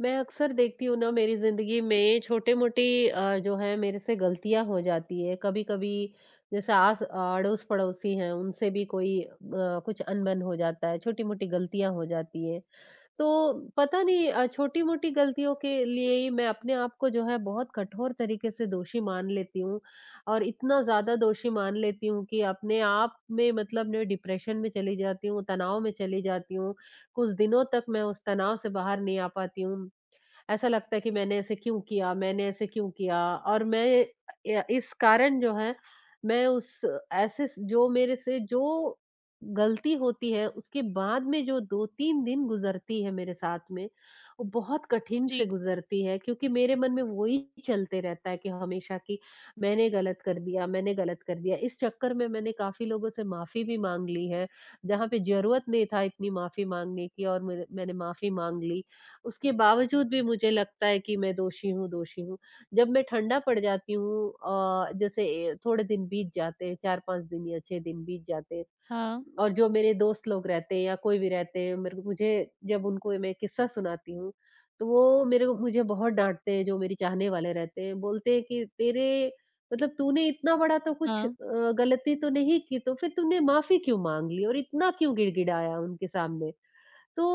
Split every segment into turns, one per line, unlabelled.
मैं अक्सर देखती हूँ ना मेरी ज़िंदगी में छोटे-मोटे जो है मेरे से गलतियाँ हो जाती है। कभी-कभी जैसे आस अड़ोस-पड़ोसी हैं उनसे भी कोई कुछ अनबन हो जाता है, छोटी-मोटी गलतियाँ हो जाती हैं। तो पता नहीं छोटी-मोटी गलतियों के लिए ही मैं अपने आप को जो है बहुत कठोर तरीके से दोषी मान लेती हूँ और इतना ज़्यादा दोषी मान लेती हूँ कि अपने आप में मतलब मैं डिप्रेशन में चली जाती हूँ, तनाव में चली जाती हूँ। कुछ दिनों तक मैं उस तनाव से बाहर नहीं आ पाती हूँ। ऐसा लगता है कि मैंने ऐसे क्यों किया? मैंने ऐसे क्यों किया? और मैं य इस कारण जो है, मैं उस ऐसे स जो मेरे से जो गलती होती है, उसके बाद में जो 2-3 दिन गुज़रती है मेरे साथ में, वो बहुत कठिन से
जी,
गुज़रती है क्योंकि मेरे मन में वही चलते रहता है कि हमेशा कि मैंने गलत कर दिया, मैंने गलत कर दिया। इस चक्कर में मैंने काफ़ी लोगों से माफ़ी भी माँग ली है, जहाँ पे ज़रूरत नहीं था इतनी माफ़ी माँगने की और मेरे मैंने माफ़ी माँग ली। उसके बावजूद भी मुझे लगता है कि मैं दोषी हूँ, दोषी हूँ। जब मैं ठंडा पड़ जाती हूँ जैसे थोड़े दिन बीत जाते हैं, 4-5 दिन या 6 दिन बीत जाते हैं
हाँ,
और जो मेरे दोस्त लोग रहते हैं या कोई भी रहते हैं, मेरे को मुझे जब उनको मैं किस्सा सुनाती हूँ, तो वो मेरे को मुझे बहुत डाँटते हैं, जो मेरे चाहने वाले रहते हैं। बोलते हैं कि तेरे मतलब तूने इतना बड़ा तो कुछ
हाँ,
गलती तो नहीं की, तो फिर तूने माफ़ी क्यों माँग ली और इतना क्यों गिड़गिड़ाया उनके सामने? तो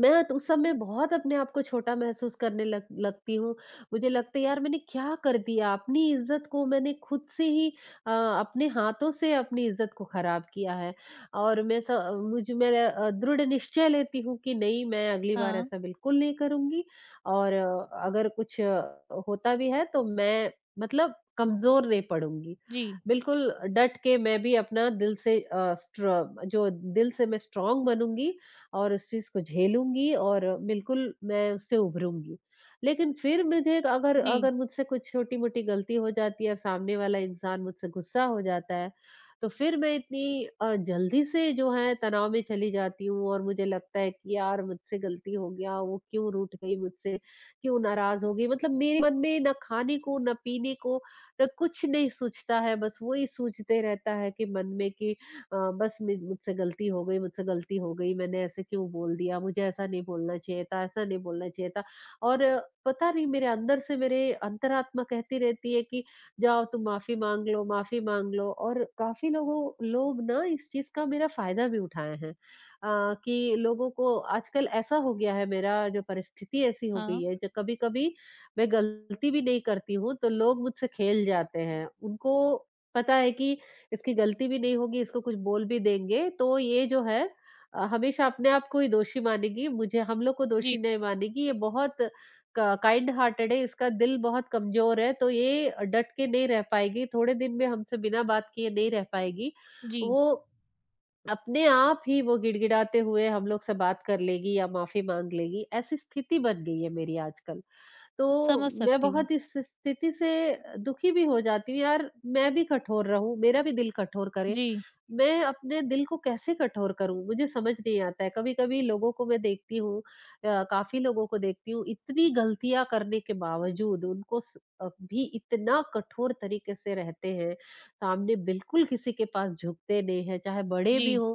मैं तो उस समय बहुत अपने आप को छोटा महसूस करने लग लगती हूँ। मुझे लगता है यार मैंने क्या कर दिया? अपनी इज़्ज़त को मैंने खुद से ही अपने हाथों से अपनी इज़्ज़त को ख़राब किया है और मैं स मुझ में दृढ़ निश्चय लेती हूँ कि नहीं मैं अगली बार
हाँ,
ऐसा बिल्कुल नहीं करूँगी और अगर कुछ होता भी है तो मैं मतलब कमज़ोर नहीं पड़ूँगी।
जी,
बिल्कुल डट के मैं भी अपना दिल से स्ट्र जो दिल से मैं स्ट्रॉन्ग बनूँगी और उस चीज़ को झेलूँगी और बिल्कुल मैं उससे उभरूँगी। लेकिन फिर मुझे अगर
जी,
अगर मुझसे कुछ छोटी-मोटी गलती हो जाती है, सामने वाला इंसान मुझसे गुस्सा हो जाता है, तो फिर मैं इतनी जल्दी से जो है तनाव में चली जाती हूँ और मुझे लगता है कि यार मुझसे गलती हो गया, वो क्यों रूठ गई मुझसे, क्यों नाराज़ हो गई। मतलब मेरे मन में ना खाने को, ना पीने को, ना कुछ नहीं सूझता है, बस वही सूझते रहता है कि मन में कि बस मे मुझसे गलती हो गई मुझसे गलती हो गई, मैंने ऐसे क्यों बोल दिया, मुझे ऐसा नहीं बोलना चाहिए था, ऐसा नहीं बोलना चाहिए था। और पता नहीं मेरे अंदर से मेरे अंतरात्मा कहती रहती है कि जाओ तुम माफ़ी माँग लो और काफ़ी लोग ना इस चीज़ का मेरा फ़ायदा भी उठाए हैं। कि लोगों को आजकल ऐसा हो गया है मेरा जो परिस्थिति ऐसी हो गई
हाँ,
है, जो कभी-कभी मैं गलती भी नहीं करती हूँ, तो लोग मुझसे खेल जाते हैं। उनको पता है कि इसकी गलती भी नहीं होगी, इसको कुछ बोल भी देंगे, तो ये जो है हमेशा अपने आप को ही दोषी मानेगी, मुझे हम लोग को
जी,
दोषी नहीं मानेगी, ये बहुत क काइंड हार्टेड है, इसका दिल बहुत कमज़ोर है, तो ये डट के नहीं रह पाएगी, थोड़े दिन में हमसे बिना बात किए नहीं रह पाएगी।
जी,
वो अपने आप ही वो गिड़गिड़ाते हुए हम लोग से बात कर लेगी या माफ़ी माँग लेगी, ऐसी स्थिति बन गई है मेरी आजकल। तो
समझ
मैं
सकती हूँ।
बहुत इस स्थिति से दुखी भी हो जाती हूँ, यार मैं भी कठोर रहूँ, मेरा भी दिल कठोर करे।
जी,
मैं अपने दिल को कैसे कठोर करूँ? मुझे समझ नहीं आता है। कभी-कभी लोगों को मैं देखती हूँ काफ़ी लोगों को देखती हूँ, इतनी गलतियाँ करने के बावजूद उनको स भी इतना कठोर तरीके से रहते हैं, सामने बिल्कुल किसी के पास झुकते नहीं हैं, चाहे बड़े भी
जी,
हों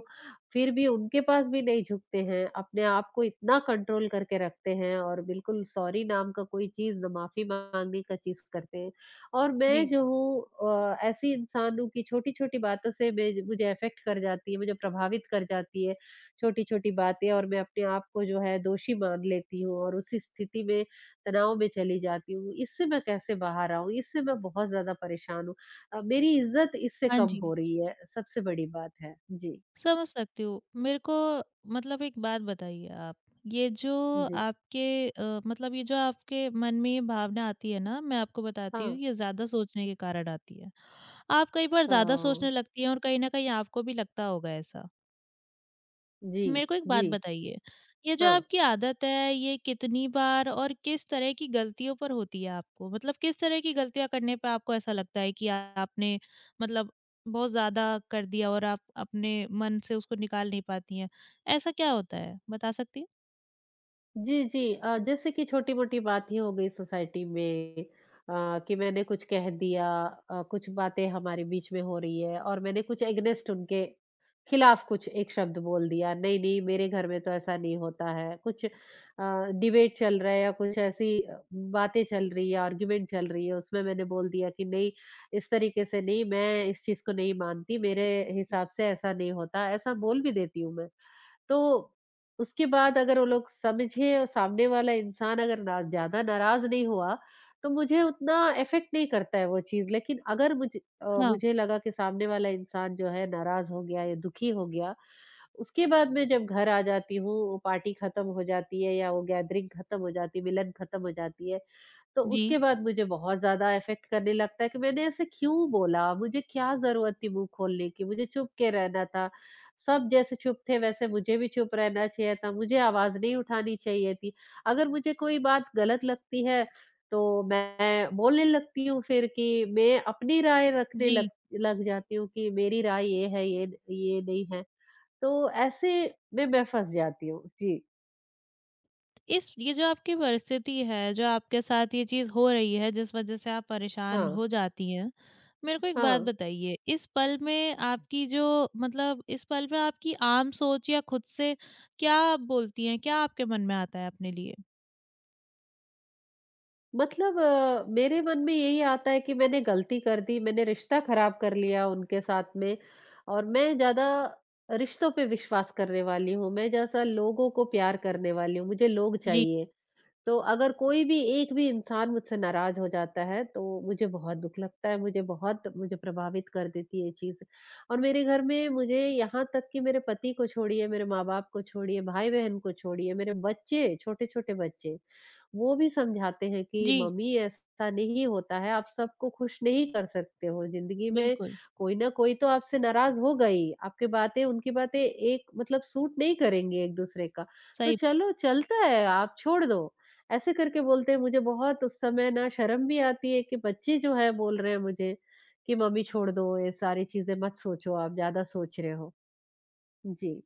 फिर भी उनके पास भी नहीं झुकते हैं, अपने आप को इतना कंट्रोल करके रखते हैं और बिल्कुल सॉरी नाम का कोई चीज़ ना माफ़ी माँगने का चीज़ करते हैं। और मैं
जी,
जो हूँ ऐसी इंसान हूँ कि छोटी-छोटी बातों से मैं मुझे अफ़ेक्ट कर जाती है, मुझे प्रभावित कर जाती है छोटी-छोटी बातें और मैं अपने आप को जो है दोषी मान लेती हूँ और उसी स्थिति में तनाव में चली जाती हूँ। इससे मैं कैसे बाहर आऊँ? इससे मैं बहुत ज़्यादा परेशान हूँ। मेरी इज़्ज़त इससे
हाँ
कम
जी,
हो रही है, सबसे बड़ी बात है। जी,
समझ सकती हूँ। मेरे को मतलब एक बात बताइए आप, ये जो
जी।
आपके अ, मतलब ये जो आपके मन में ये भावना आती है ना, मैं आपको बताती
हाँ,
हूँ, ये ज़्यादा सोचने के कारण आती है। आप कई बार
अ,
ज़्यादा सोचने लगती हैं और कहीं न कहीं आपको भी लगता होगा ऐसा।
जी,
मेरे को एक
जी,
बात बताइए, ये जो
हाँ।
आपकी आदत है, ये कितनी बार और किस तरह की गलतियों पर होती है आपको? मतलब किस तरह की गलतियाँ करने पे आपको ऐसा लगता है कि आपने मतलब बहुत ज़्यादा कर दिया और आप अपने मन से उसको निकाल नहीं पाती हैं? ऐसा क्या होता है? बता सकती हैं?
जी, जी जैसे कि छोटी-मोटी बात ही हो गई सोसाइटी में कि मैंने कुछ कह दिया कुछ बातें हमारे बीच में हो रही है और मैंने कुछ अगेंस्ट उनके खिलाफ कुछ एक शब्द बोल दिया, नहीं-नहीं मेरे घर में तो ऐसा नहीं होता है। कुछ डिबेट चल रहा है या कुछ ऐसी बातें चल रही है, आर्गुमेंट चल रही है, उसमें मैंने बोल दिया कि नहीं, इस तरीके से नहीं, मैं इस चीज़ को नहीं मानती, मेरे हिसाब से ऐसा नहीं होता, ऐसा बोल भी देती हूँ मैं। तो उसके बाद अगर वो लोग समझे और सामने वाला इंसान अगर ना ज़्यादा नाराज़ नहीं हुआ, तो मुझे उतना इफ़ेक्ट नहीं करता है वो चीज़। लेकिन अगर मुझे अ,
हाँ।
मुझे लगा कि सामने वाला इंसान जो है नाराज़ हो गया या दुखी हो गया, उसके बाद मैं जब घर आ जाती हूँ, वो पार्टी ख़त्म हो जाती है या वो गैदरिंग ख़त्म हो जाती है, मिलन ख़त्म हो जाती है, तो
जी।
उसके बाद मुझे बहुत ज़्यादा इफ़ेक्ट करने लगता है कि मैंने ऐसे क्यों बोला? मुझे क्या ज़रूरत थी मुँह खोलने की? मुझे चुप के रहना था। सब जैसे चुप थे वैसे मुझे भी चुप रहना चाहिए था, मुझे आवाज़ नहीं उठानी चाहिए थी। अगर मुझे कोई बात गलत लगती है, तो मैं बोलने लगती हूँ फिर कि मैं अपनी राय रखने
जी।
लग लग जाती हूँ कि मेरी राय ये है, ये नहीं है। तो ऐसे में मैं फँस जाती हूँ। जी।
इस ये जो आपकी परिस्थिति है, जो आपके साथ ये चीज़ हो रही है, जिस वजह से आप परेशान
हाँ,
हो जाती हैं, मेरे को एक बात
हाँ।
बताइए, इस पल में आपकी जो मतलब इस पल में आपकी आम सोच या खुद से क्या आप बोलती हैं? क्या आपके मन में आता है अपने लिए?
मतलब मेरे मन में यही आता है कि मैंने गलती कर दी, मैंने रिश्ता खराब कर लिया उनके साथ में और मैं ज़्यादा रिश्तों पे विश्वास करने वाली हूँ, मैं जैसा लोगों को प्यार करने वाली हूँ, मुझे लोग
जी,
चाहिए। तो अगर कोई भी एक भी इंसान मुझसे नाराज़ हो जाता है, तो मुझे बहुत दुःख लगता है, मुझे बहुत मुझे प्रभावित कर देती है ये चीज़। और मेरे घर में मुझे यहाँ तक कि मेरे पति को छोड़िए, मेरे माँ-बाप को छोड़िए, भाई-बहन को छोड़िए, मेरे बच्चे छोटे-छोटे बच्चे वो भी समझाते हैं कि
जी,
मम्मी ऐसा नहीं होता है, आप सबको खुश नहीं कर सकते हो, ज़िंदगी में
बिल्कुल,
कोई ना कोई तो आपसे नाराज़ होगा ही, आपकी बातें उनकी बातें एक मतलब सूट नहीं करेंगी एक-दूसरे का, तो
सही।
चलो चलता है आप छोड़ दो। ऐसे करके बोलते हैं मुझे बहुत उस समय ना शर्म भी आती है कि बच्चे जो है बोल रहे हैं मुझे कि मम्मी छोड़ दो ये सारी चीज़ें मत सोचो आप ज़्यादा सोच रहे हो। जी,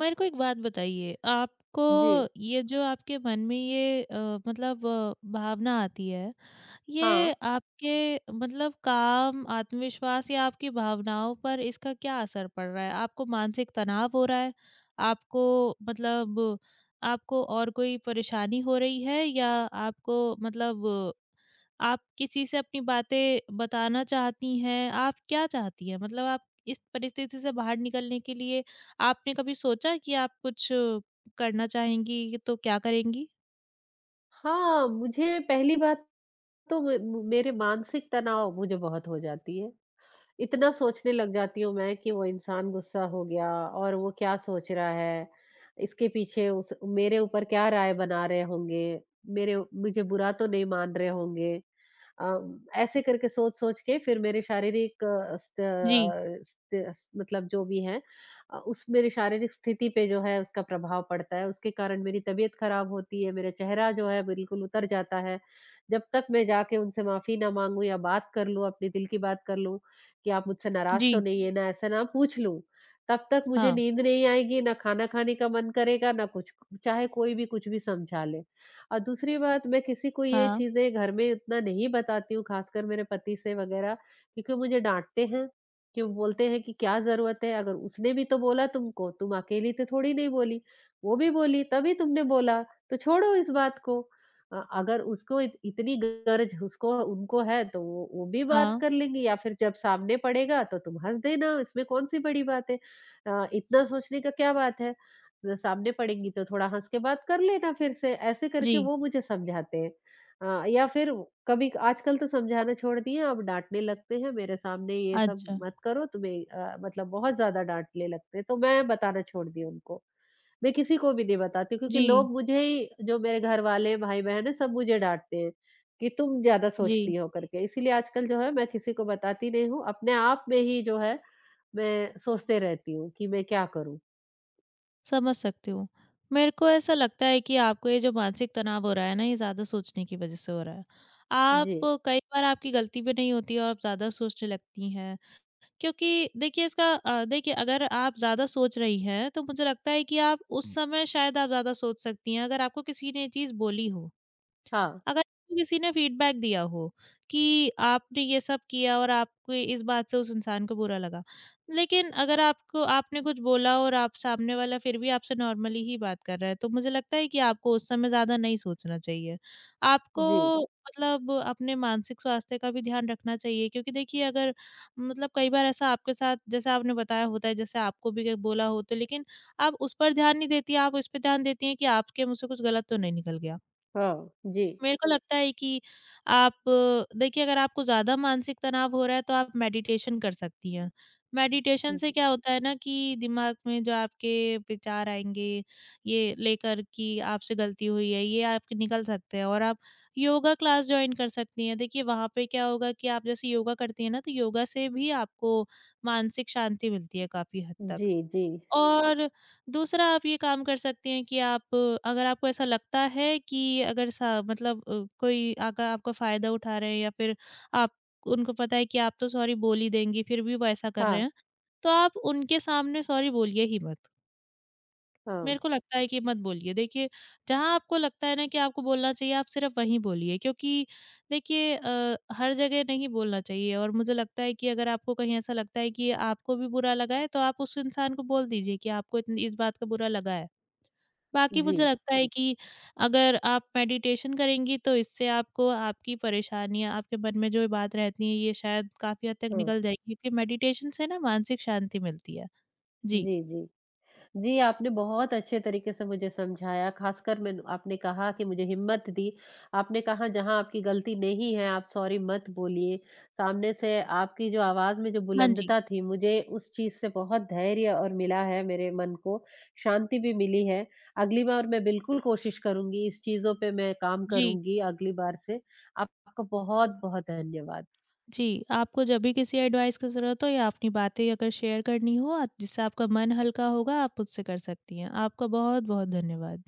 मेरे को एक बात बताइए, आपको
जी।
ये जो आपके मन में ये मतलब भावना आती है,
हाँ।
ये आपके मतलब काम, आत्मविश्वास या आपकी भावनाओं पर इसका क्या असर पड़ रहा है? आपको मानसिक तनाव हो रहा है? आपको मतलब आपको और कोई परेशानी हो रही है या आपको मतलब आप किसी से अपनी बातें बताना चाहती हैं? आप क्या चाहती हैं? मतलब आप इस परिस्थिति से बाहर निकलने के लिए आपने कभी सोचा कि आप कुछ करना चाहेंगी, तो क्या करेंगी?
हाँ, मुझे पहली बात तो मे मु मेरे मानसिक तनाव मुझे बहुत हो जाती है। इतना सोचने लग जाती हूँ मैं कि वो इंसान गुस्सा हो गया और वो क्या सोच रहा है? इसके पीछे उस मेरे ऊपर क्या राय बना रहे होंगे? मेरे मुझे बुरा तो नहीं मान रहे होंगे? ऐसे करके सोच-सोच के फिर मेरे शारीरिक स्त
जी,
अ, स्त अस मतलब जो भी है उस मेरी शारीरिक स्थिति पे जो है उसका प्रभाव पड़ता है। उसके कारण मेरी तबीयत खराब होती है, मेरा चेहरा जो है बिल्कुल उतर जाता है। जब तक मैं जाके उनसे माफ़ी ना माँगूँ या बात कर लूँ, अपने दिल की बात कर लूँ कि आप मुझसे नाराज़
जी।
तो नहीं है ना, ऐसा ना पूछ लूँ, तब तक मुझे
हाँ,
नींद नहीं आएगी, ना खाना खाने का मन करेगा, ना कुछ। चाहे कोई भी कुछ भी समझा ले। और दूसरी बात मैं किसी को ये
हाँ,
चीज़ें घर में इतना नहीं बताती हूँ, ख़ासकर मेरे पति से वग़ैरह क्योंकि वो मुझे डाँटते हैं, कि वो बोलते हैं कि क्या ज़रूरत है? अगर उसने भी तो बोला तुमको, तुम अकेली तो थोड़ी नहीं बोली। वो भी बोली, तभी तुमने बोला, तो छोड़ो इस बात को। अगर उसको इत इतनी गरज उसको उनको है तो वो भी बात
हाँ,
कर लेंगी या फिर जब सामने पड़ेगा तो तुम हँस देना, इसमें कौन-सी बड़ी बात है? इतना सोचने का क्या बात है? स सामने पड़ेंगी तो थोड़ा हँस के बात कर लेना फिर से, ऐसे करके
जी।
वो मुझे समझाते हैं। या फिर कभी आजकल तो समझाना छोड़ दिए अब डाँटने लगते हैं, मेरे सामने ये सब
अच्छा,
मत करो तुम्हें मतलब बहुत ज़्यादा डाँटने लगते हैं, तो मैं बताना छोड़ दी उनको। मैं किसी को भी नहीं बताती क्योंकि
जी,
लोग मुझे ही जो मेरे घरवाले, भाई-बहन हैं सब मुझे डाँटते हैं, कि तुम ज़्यादा
जी,
सोचती हो करके। इसीलिए आजकल जो है मैं किसी को बताती नहीं हूँ, अपने आप में ही जो है मैं सोचते रहती हूँ कि मैं क्या करूँ?
समझ सकती हूँ। मेरे को ऐसा लगता है कि आपको ये जो मानसिक तनाव हो रहा है ना, ये ज़्यादा सोचने की वजह से हो रहा है।
जी।
आप कई बार आपकी गलती भी नहीं होती है और आप ज़्यादा सोचने लगती हैं, क्योंकि देखिए अगर आप ज़्यादा सोच रही हैं, तो मुझे लगता है कि आप उस समय शायद आप ज़्यादा सोच सकती हैं, अगर आपको किसी ने ये चीज़ बोली हो।
हाँ,
अगर आपको किसी ने फीडबैक दिया हो कि आपने ये सब किया और आपको इस बात से उस इंसान को बुरा लगा, लेकिन अगर आपको आपने कुछ बोला और आप सामने वाला फिर भी आपसे नॉर्मली ही बात कर रहा है, तो मुझे लगता है कि आपको उस समय ज़्यादा नहीं सोचना चाहिए। आपको
जी।
मतलब अपने मानसिक स्वास्थ्य का भी ध्यान रखना चाहिए क्योंकि देखिए अगर मतलब कई बार ऐसा आपके साथ जैसे आपने बताया होता है, जैसे आपको भी कहीं बोला हो तो, लेकिन आप उस पर ध्यान नहीं देती, आप उस पे ध्यान देती हैं कि आपके मुँह से कुछ गलत तो नहीं निकल गया।
हाँ, जी।
मेरे को लगता है कि आप देखिए अगर आपको ज़्यादा मानसिक तनाव हो रहा है तो आप मेडिटेशन कर सकती हैं। मेडिटेशन से
जी,
क्या होता है ना कि दिमाग में जो आपके विचार आएँगे, ये लेकर कि आपसे गलती हुई है, ये आपके निकल सकते हैं और आप योगा क्लास जॉइन कर सकती हैं। देखिए वहाँ पे क्या होगा कि आप जैसे योगा करती हैं ना, तो योगा से भी आपको मानसिक शांति मिलती है काफ़ी हद तक।
जी, जी।
और दूसरा आप ये काम कर सकती हैं कि आप अगर आपको ऐसा लगता है कि अगर सा मतलब कोई अगर आपका फ़ायदा उठा रहे हैं या फिर आप उनको पता है कि आप तो सॉरी बोल ही देंगी, फिर भी वो ऐसा कर रहे
हाँ,
हैं, तो आप उनके सामने सॉरी बोलिए ही मत।
हाँ।
मेरे को लगता है कि मत बोलिए। देखिए, जहाँ आपको लगता है ना कि आपको बोलना चाहिए, आप सिर्फ़ वहीं बोलिए क्योंकि देखिए हर जगह नहीं बोलना चाहिए और मुझे लगता है कि अगर आपको कहीं ऐसा लगता है कि आपको भी बुरा लगा है, तो आप उस इंसान को बोल दीजिए कि आपको इतनी इस बात का बुरा लगा है। बाकी मुझे
जी,
लगता है कि अगर आप मेडिटेशन करेंगी, तो इससे आपको आपकी परेशानियाँ, आपके मन में जो बात रहती है, ये शायद काफ़ी हद तक
हाँ।
निकल जाएगी क्योंकि मेडिटेशन से ना मानसिक शांति मिलती है। जी।
जी, जी। जी, आपने बहुत अच्छे तरीके से मुझे समझाया, ख़ासकर मैंने आपने कहा कि मुझे हिम्मत दी। आपने कहा जहाँ आपकी गलती नहीं है, आप सॉरी मत बोलिए। सामने से आपकी जो आवाज़ में जो
हाँ जी।
बुलंदता थी, मुझे उस चीज़ से बहुत धैर्य और मिला है मेरे मन को, शांति भी मिली है। अगली बार मैं बिल्कुल कोशिश करूँगी, इस चीज़ों पे मैं काम
जी।
करूँगी अगली बार से। आपका बहुत-बहुत धन्यवाद।
जी, आपको जब भी किसी एडवाइस की ज़रूरत हो या अपनी बातें अगर शेयर करनी हो, जिससे आपका मन हल्का होगा, आप मुझसे कर सकती हैं। आपका बहुत-बहुत धन्यवाद।